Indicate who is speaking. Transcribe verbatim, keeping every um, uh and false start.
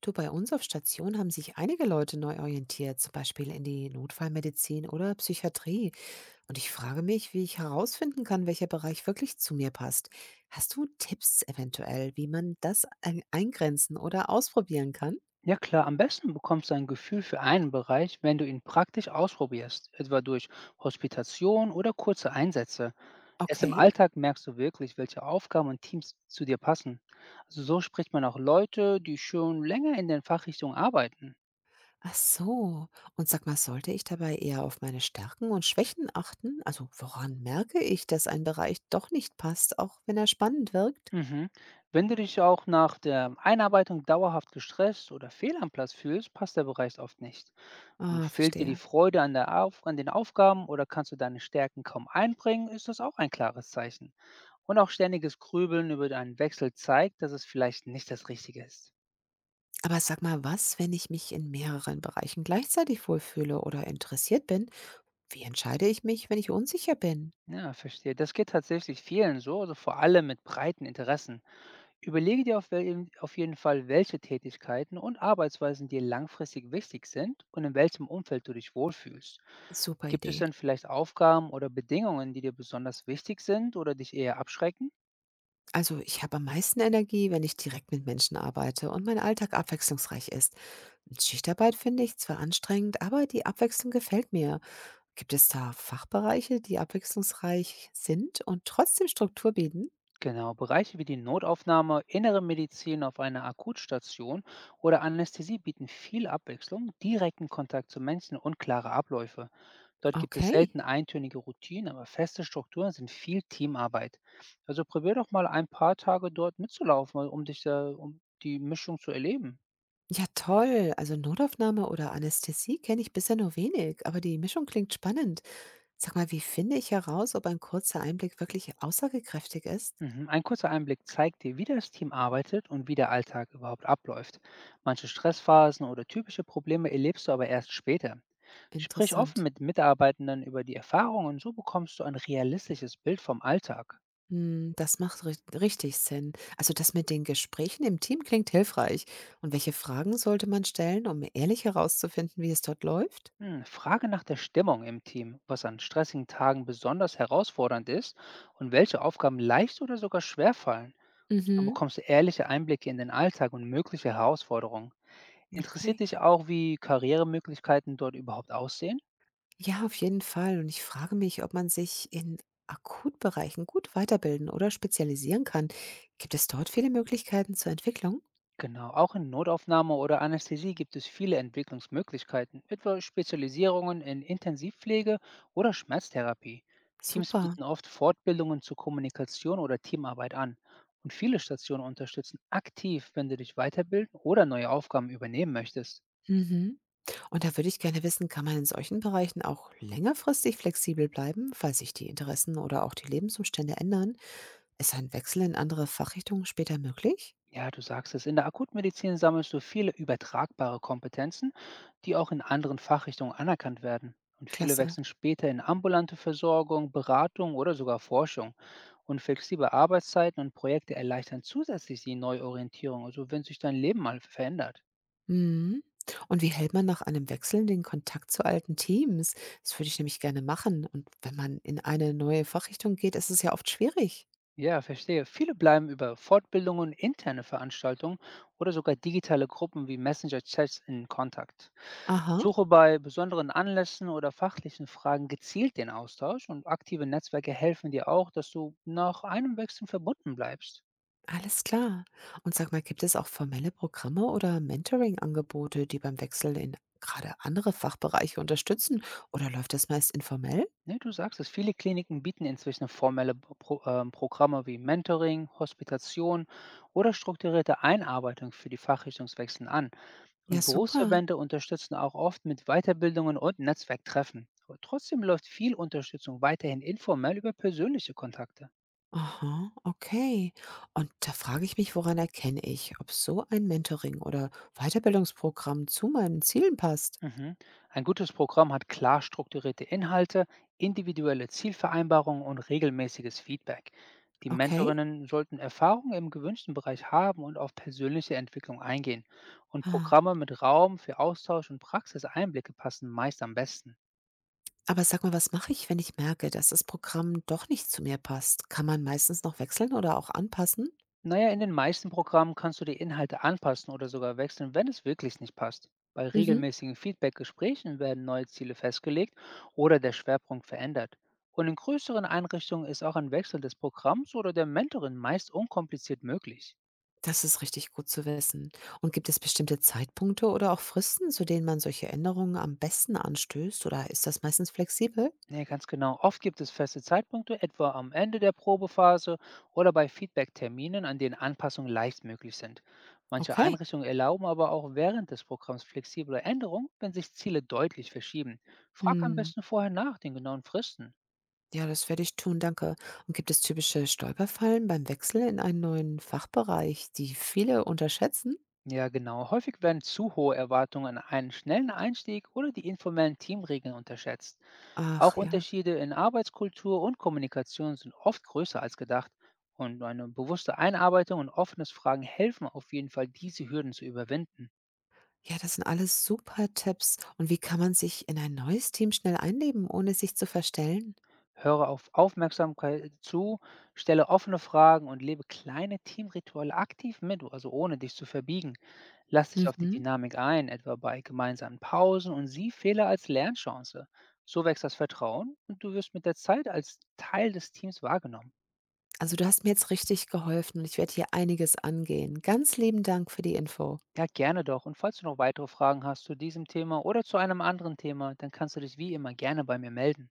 Speaker 1: Du, bei uns auf Station haben sich einige Leute neu orientiert, zum Beispiel in die Notfallmedizin oder Psychiatrie. Und ich frage mich, wie ich herausfinden kann, welcher Bereich wirklich zu mir passt. Hast du Tipps eventuell, wie man das ein- eingrenzen oder ausprobieren kann?
Speaker 2: Ja klar, am besten bekommst du ein Gefühl für einen Bereich, wenn du ihn praktisch ausprobierst, etwa durch Hospitation oder kurze Einsätze. Erst im
Speaker 1: Okay.
Speaker 2: Alltag merkst du wirklich, welche Aufgaben und Teams zu dir passen. Also so spricht man auch Leute, die schon länger in den Fachrichtungen arbeiten.
Speaker 1: Ach so. Und sag mal, sollte ich dabei eher auf meine Stärken und Schwächen achten? Also woran merke ich, dass ein Bereich doch nicht passt, auch wenn er spannend wirkt?
Speaker 2: Mhm. Wenn du dich auch nach der Einarbeitung dauerhaft gestresst oder fehl am Platz fühlst, passt der Bereich oft nicht. Und
Speaker 1: Ah,
Speaker 2: fehlt dir die
Speaker 1: verstehe.
Speaker 2: Freude an, der Auf an den Aufgaben oder kannst du deine Stärken kaum einbringen, ist das auch ein klares Zeichen. Und auch ständiges Grübeln über einen Wechsel zeigt, dass es vielleicht nicht das Richtige ist.
Speaker 1: Aber sag mal, was, wenn ich mich in mehreren Bereichen gleichzeitig wohlfühle oder interessiert bin? Wie entscheide ich mich, wenn ich unsicher bin?
Speaker 2: Ja, verstehe. Das geht tatsächlich vielen so, also vor allem mit breiten Interessen. Überlege dir auf, wel- auf jeden Fall, welche Tätigkeiten und Arbeitsweisen dir langfristig wichtig sind und in welchem Umfeld du dich wohlfühlst.
Speaker 1: Super
Speaker 2: Gibt es
Speaker 1: Idee.
Speaker 2: denn vielleicht Aufgaben oder Bedingungen, die dir besonders wichtig sind oder dich eher abschrecken?
Speaker 1: Also ich habe am meisten Energie, wenn ich direkt mit Menschen arbeite und mein Alltag abwechslungsreich ist. Schichtarbeit finde ich zwar anstrengend, aber die Abwechslung gefällt mir. Gibt es da Fachbereiche, die abwechslungsreich sind und trotzdem Struktur bieten?
Speaker 2: Genau, Bereiche wie die Notaufnahme, innere Medizin auf einer Akutstation oder Anästhesie bieten viel Abwechslung, direkten Kontakt zu Menschen und klare Abläufe. Dort gibt es
Speaker 1: Okay.
Speaker 2: selten eintönige Routinen, aber feste Strukturen sind viel Teamarbeit. Also probier doch mal ein paar Tage dort mitzulaufen, mal um dich da, um die Mischung zu erleben.
Speaker 1: Ja, toll. Also Notaufnahme oder Anästhesie kenne ich bisher nur wenig, aber die Mischung klingt spannend. Sag mal, wie finde ich heraus, ob ein kurzer Einblick wirklich aussagekräftig ist?
Speaker 2: Mhm. Ein kurzer Einblick zeigt dir, wie das Team arbeitet und wie der Alltag überhaupt abläuft. Manche Stressphasen oder typische Probleme erlebst du aber erst später. Sprich offen
Speaker 1: Interessant.
Speaker 2: mit Mitarbeitenden über die Erfahrungen, und so bekommst du ein realistisches Bild vom Alltag.
Speaker 1: Hm, das macht ri richtig Sinn. Also das mit den Gesprächen im Team klingt hilfreich. Und welche Fragen sollte man stellen, um ehrlich herauszufinden, wie es dort läuft?
Speaker 2: Hm, frage nach der Stimmung im Team, was an stressigen Tagen besonders herausfordernd ist und welche Aufgaben leicht oder sogar schwer fallen. So
Speaker 1: Mhm,
Speaker 2: bekommst du ehrliche Einblicke in den Alltag und mögliche Herausforderungen. Interessiert
Speaker 1: okay.
Speaker 2: dich auch, wie Karrieremöglichkeiten dort überhaupt aussehen?
Speaker 1: Ja, auf jeden Fall. Und ich frage mich, ob man sich in Akutbereichen gut weiterbilden oder spezialisieren kann. Gibt es dort viele Möglichkeiten zur Entwicklung?
Speaker 2: Genau, auch in Notaufnahme oder Anästhesie gibt es viele Entwicklungsmöglichkeiten, etwa Spezialisierungen in Intensivpflege oder Schmerztherapie. Teams
Speaker 1: Super.
Speaker 2: bieten oft Fortbildungen zur Kommunikation oder Teamarbeit an und viele Stationen unterstützen aktiv, wenn du dich weiterbilden oder neue Aufgaben übernehmen möchtest.
Speaker 1: Mhm. Und da würde ich gerne wissen, kann man in solchen Bereichen auch längerfristig flexibel bleiben, falls sich die Interessen oder auch die Lebensumstände ändern? Ist ein Wechsel in andere Fachrichtungen später möglich?
Speaker 2: Ja, du sagst es, in der Akutmedizin sammelst du viele übertragbare Kompetenzen, die auch in anderen Fachrichtungen anerkannt werden. Und viele
Speaker 1: Klasse.
Speaker 2: wechseln später in ambulante Versorgung, Beratung oder sogar Forschung. Und flexible Arbeitszeiten und Projekte erleichtern zusätzlich die Neuorientierung, also wenn sich dein Leben mal verändert.
Speaker 1: Mhm. Und wie hält man nach einem Wechsel den Kontakt zu alten Teams? Das würde ich nämlich gerne machen. Und wenn man in eine neue Fachrichtung geht, ist es ja oft schwierig.
Speaker 2: Ja, verstehe. Viele bleiben über Fortbildungen, interne Veranstaltungen oder sogar digitale Gruppen wie Messenger-Chats in Kontakt.
Speaker 1: Aha.
Speaker 2: Suche bei besonderen Anlässen oder fachlichen Fragen gezielt den Austausch und aktive Netzwerke helfen dir auch, dass du nach einem Wechsel verbunden bleibst.
Speaker 1: Alles klar. Und sag mal, gibt es auch formelle Programme oder Mentoring-Angebote, die beim Wechsel in gerade andere Fachbereiche unterstützen? Oder läuft das meist informell?
Speaker 2: Ne, du sagst es, viele Kliniken bieten inzwischen formelle Bo- Pro, ähm, Programme wie Mentoring, Hospitation oder strukturierte Einarbeitung für die Fachrichtungswechseln an.
Speaker 1: Ja,
Speaker 2: Und
Speaker 1: super.
Speaker 2: Berufsverbände unterstützen auch oft mit Weiterbildungen und Netzwerktreffen. Aber trotzdem läuft viel Unterstützung weiterhin informell über persönliche Kontakte.
Speaker 1: Aha, okay. Und da frage ich mich, woran erkenne ich, ob so ein Mentoring oder Weiterbildungsprogramm zu meinen Zielen passt?
Speaker 2: Mhm. Ein gutes Programm hat klar strukturierte Inhalte, individuelle Zielvereinbarungen und regelmäßiges Feedback. Die
Speaker 1: Okay.
Speaker 2: Mentorinnen sollten Erfahrung im gewünschten Bereich haben und auf persönliche Entwicklung eingehen. Und
Speaker 1: Ah,
Speaker 2: Programme mit Raum für Austausch und Praxiseinblicke passen meist am besten.
Speaker 1: aber sag mal, was mache ich, wenn ich merke, dass das Programm doch nicht zu mir passt? Kann man meistens noch wechseln oder auch anpassen?
Speaker 2: Naja, in den meisten Programmen kannst du die Inhalte anpassen oder sogar wechseln, wenn es wirklich nicht passt. Bei
Speaker 1: Mhm.
Speaker 2: regelmäßigen Feedback-Gesprächen werden neue Ziele festgelegt oder der Schwerpunkt verändert. Und in größeren Einrichtungen ist auch ein Wechsel des Programms oder der Mentorin meist unkompliziert möglich.
Speaker 1: Das ist richtig gut zu wissen. Und gibt es bestimmte Zeitpunkte oder auch Fristen, zu denen man solche Änderungen am besten anstößt? Oder ist das meistens flexibel?
Speaker 2: Ne, ganz genau. Oft gibt es feste Zeitpunkte, etwa am Ende der Probephase oder bei Feedback-Terminen, an denen Anpassungen leicht möglich sind. Manche
Speaker 1: Okay.
Speaker 2: Einrichtungen erlauben aber auch während des Programms flexible Änderungen, wenn sich Ziele deutlich verschieben. Frag am
Speaker 1: Hm.
Speaker 2: besten vorher nach den genauen Fristen.
Speaker 1: Ja, das werde ich tun, danke. Und gibt es typische Stolperfallen beim Wechsel in einen neuen Fachbereich, die viele unterschätzen?
Speaker 2: Ja, genau. Häufig werden zu hohe Erwartungen an einen schnellen Einstieg oder die informellen Teamregeln unterschätzt. Auch
Speaker 1: Ach ja.
Speaker 2: Unterschiede in Arbeitskultur und Kommunikation sind oft größer als gedacht. Und eine bewusste Einarbeitung und offenes Fragen helfen auf jeden Fall, diese Hürden zu überwinden.
Speaker 1: Ja, das sind alles super Tipps. Und wie kann man sich in ein neues Team schnell einleben, ohne sich zu verstellen?
Speaker 2: Höre auf Aufmerksamkeit zu, stelle offene Fragen und lebe kleine Teamrituale aktiv mit, also ohne dich zu verbiegen. Lass dich auf die
Speaker 1: Mhm.
Speaker 2: Dynamik ein, etwa bei gemeinsamen Pausen und sieh Fehler als Lernchance. So wächst das Vertrauen und du wirst mit der Zeit als Teil des Teams wahrgenommen.
Speaker 1: Also du hast mir jetzt richtig geholfen und ich werde hier einiges angehen. Ganz lieben Dank für die Info.
Speaker 2: Ja, gerne doch. Und falls du noch weitere Fragen hast zu diesem Thema oder zu einem anderen Thema, dann kannst du dich wie immer gerne bei mir melden.